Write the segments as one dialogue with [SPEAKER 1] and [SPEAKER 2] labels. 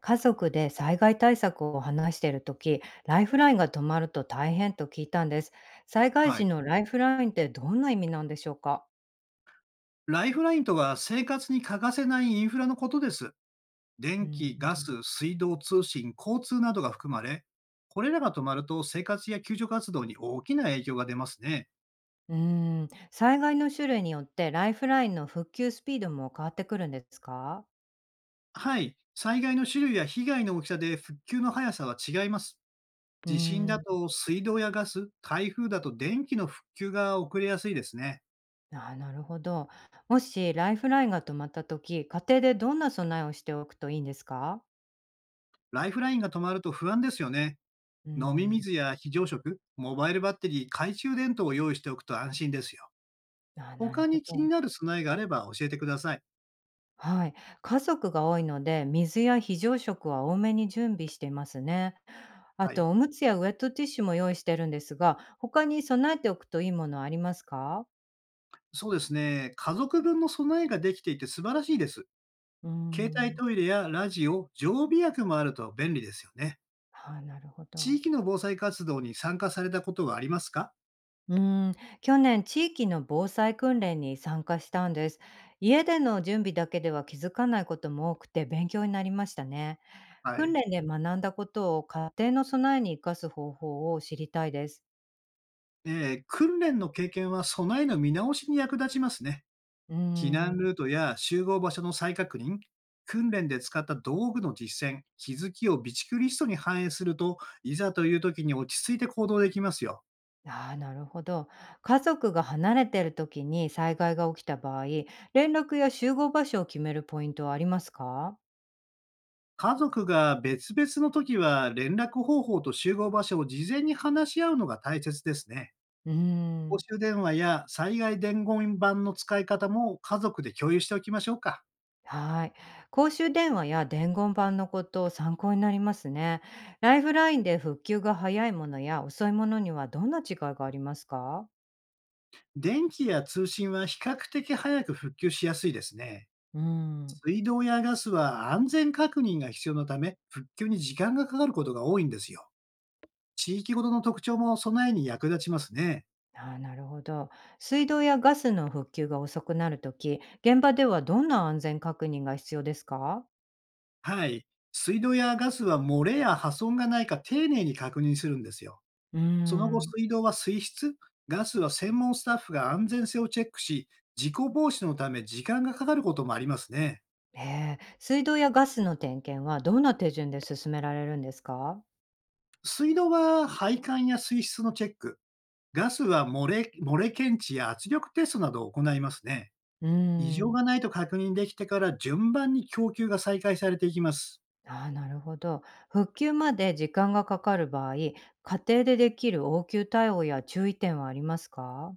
[SPEAKER 1] 家族で災害対策を話しているとき、ライフラインが止まると大変と聞いたんです。災害
[SPEAKER 2] は
[SPEAKER 1] 時
[SPEAKER 2] い。
[SPEAKER 1] のライフラインってどんな意味なんでしょうか。
[SPEAKER 2] ライフラインとは生活に欠かせないインフラのことです。
[SPEAKER 1] う
[SPEAKER 2] 電
[SPEAKER 1] ん。
[SPEAKER 2] 気、ガス、水道、通信、交通などが含まれ、これらが止まると生活や救助活動に大きな影響が出ますね。
[SPEAKER 1] うーん、災害の種類によってライフラインの復旧スピードも変わってくるんですか。
[SPEAKER 2] はい。災害の種類や被害の大きさで復旧の速さは違います。
[SPEAKER 1] うー
[SPEAKER 2] 地震だ
[SPEAKER 1] ん。
[SPEAKER 2] と水道やガス、台風だと電気の復旧が遅れやすいですね。
[SPEAKER 1] あー、なるほど。もしライフラインが止まったとき、家庭でどんな備えをしておくといいんですか。
[SPEAKER 2] ライフラインが止まると不安ですよね。
[SPEAKER 1] うー
[SPEAKER 2] 飲み
[SPEAKER 1] ん。
[SPEAKER 2] 水や非常食、モバイルバッテリー、懐中電灯を用意しておくと安心ですよ。
[SPEAKER 1] あー、なる
[SPEAKER 2] 他
[SPEAKER 1] ほ
[SPEAKER 2] に気
[SPEAKER 1] ど。
[SPEAKER 2] になる備えがあれば教えてください。
[SPEAKER 1] はい。家族が多いので、水や非常食は多めに準備していますね。あ
[SPEAKER 2] はい。
[SPEAKER 1] と、おむつやウェットティッシュも用意してるんですが、他に備えておくといいものはありますか。
[SPEAKER 2] そうですね。家族分の備えができていて素晴らしいです。
[SPEAKER 1] うー
[SPEAKER 2] 携帯
[SPEAKER 1] ん。
[SPEAKER 2] トイレやラジオ、常備薬もあると便利ですよね。
[SPEAKER 1] あ、なるほ
[SPEAKER 2] 地
[SPEAKER 1] ど。
[SPEAKER 2] 域の防災活動に参加されたことはありますか？
[SPEAKER 1] うーん、去年地域の防災訓練に参加したんです。家での準備だけでは気づかないことも多くて勉強になりましたね。
[SPEAKER 2] は
[SPEAKER 1] 訓
[SPEAKER 2] い。
[SPEAKER 1] 練で学んだことを家庭の備えに生かす方法を知りたいです。
[SPEAKER 2] え訓練の経験は備えの見直しに役立ちますね。
[SPEAKER 1] うー
[SPEAKER 2] 避難
[SPEAKER 1] ん。
[SPEAKER 2] ルートや集合場所の再確認、訓練で使った道具の実践、気づきを備蓄リストに反映すると、いざという時に落ち着いて行動できますよ。
[SPEAKER 1] ああ、なるほど。家族が離れてる時に災害が起きた場合、連絡や集合場所を決めるポイントはありますか。
[SPEAKER 2] 家族が別々の時は連絡方法と集合場所を事前に話し合うのが大切ですね。
[SPEAKER 1] うー
[SPEAKER 2] 公
[SPEAKER 1] ん。
[SPEAKER 2] 衆電話や災害伝言板の使い方も家族で共有しておきましょうか。
[SPEAKER 1] はい。公衆電話や伝言板のことを参考になりますね。ライフラインで復旧が早いものや遅いものにはどんな違いがありますか。
[SPEAKER 2] 電気や通信は比較的早く復旧しやすいですね。
[SPEAKER 1] うーん。
[SPEAKER 2] 水道やガスは安全確認が必要なため、復旧に時間がかかることが多いんですよ。地域ごとの特徴も備えに役立ちますね。
[SPEAKER 1] ああ、なるほど。水道やガスの復旧が遅くなるとき、現場ではどんな安全確認が必要ですか。
[SPEAKER 2] はい。水道やガスは漏れや破損がないか丁寧に確認するんですよ。
[SPEAKER 1] うー
[SPEAKER 2] その後、
[SPEAKER 1] ん。
[SPEAKER 2] 水道は水質、ガスは専門スタッフが安全性をチェックし、事故防止のため時間がかかることもありますね。
[SPEAKER 1] へえ、水道やガスの点検はどんな手順で進められるんですか？
[SPEAKER 2] 水道は配管や水質のチェック、ガスは漏れ検知や圧力テストなどを行いますね。
[SPEAKER 1] うー
[SPEAKER 2] 異常
[SPEAKER 1] ん。
[SPEAKER 2] がないと確認できてから順番に供給が再開されていきます。
[SPEAKER 1] ああ、なるほど。復旧まで時間がかかる場合、家庭でできる応急対応や注意点はありますか？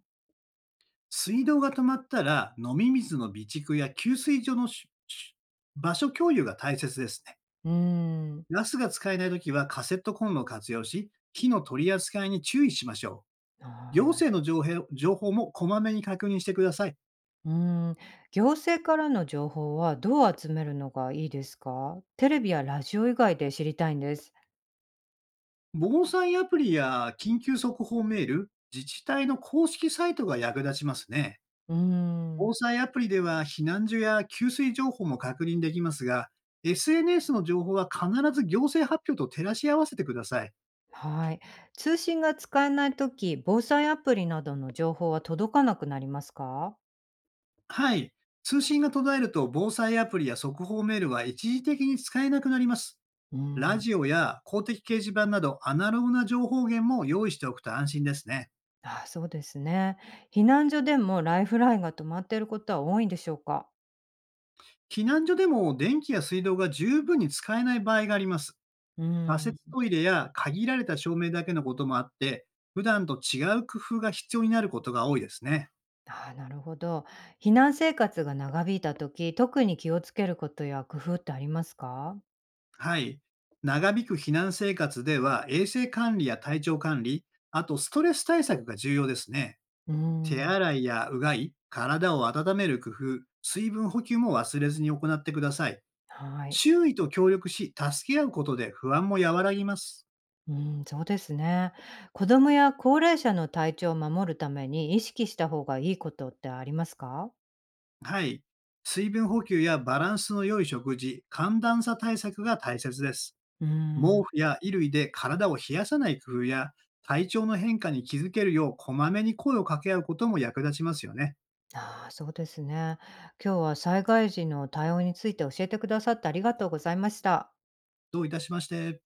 [SPEAKER 2] 水道が止まったら、飲み水の備蓄や給水所の場所共有が大切ですね。
[SPEAKER 1] うーん。
[SPEAKER 2] ガスが使えないときはカセットコンロを活用し、火の取り扱いに注意しましょう。
[SPEAKER 1] ああ、
[SPEAKER 2] 行
[SPEAKER 1] なる。
[SPEAKER 2] 政の情報もこまめに確認してください。
[SPEAKER 1] うーん、行政からの情報はどう集めるのがいいですか？テレビやラジオ以外で知りたいんです。
[SPEAKER 2] 防災アプリや緊急速報メール、自治体の公式サイトが役立ちますね。
[SPEAKER 1] うーん。
[SPEAKER 2] 防災アプリでは避難所や給水情報も確認できますが、SNS の情報は必ず行政発表と照らし合わせてください。
[SPEAKER 1] はい。通信が使えないとき防災アプリなどの情報は届かなくなりますか？
[SPEAKER 2] はい。通信が途絶えると防災アプリや速報メールは一時的に使えなくなります。
[SPEAKER 1] う
[SPEAKER 2] ラ
[SPEAKER 1] ん。
[SPEAKER 2] ジオや公的掲示板などアナログな情報源も用意しておくと安心ですね。
[SPEAKER 1] あ、そうですね。避難所でもライフラインが止まっていることは多いんでしょうか？
[SPEAKER 2] 避難所でも電気や水道が十分に使えない場合があります。
[SPEAKER 1] う
[SPEAKER 2] 仮
[SPEAKER 1] ん。
[SPEAKER 2] 設トイレや限られた照明だけのこともあって、普段と違う工夫が必要になることが多いですね。
[SPEAKER 1] あ、なるほど。避難生活が長引いた時、特に気をつけることや工夫ってありますか？
[SPEAKER 2] はい。長引く避難生活では衛生管理や体調管理、あとストレス対策が重要ですね。
[SPEAKER 1] う
[SPEAKER 2] 手
[SPEAKER 1] ん。
[SPEAKER 2] 洗いやうがい、体を温める工夫、水分補給も忘れずに行ってください。
[SPEAKER 1] はい。
[SPEAKER 2] 周囲と協力し、助け合うことで不安も和らぎます。
[SPEAKER 1] うん、そうですね。子供や高齢者の体調を守るために意識した方がいいことってありますか？
[SPEAKER 2] はい。水分補給やバランスの良い食事、寒暖差対策が大切です。
[SPEAKER 1] うー
[SPEAKER 2] 毛
[SPEAKER 1] ん。
[SPEAKER 2] 布や衣類で体を冷やさない工夫や、体調の変化に気づけるよう、こまめに声を掛け合うことも役立ちますよね。
[SPEAKER 1] ああ、そうですね。今日は災害時の対応について教えてくださってありがとうございました。
[SPEAKER 2] どういたしまして。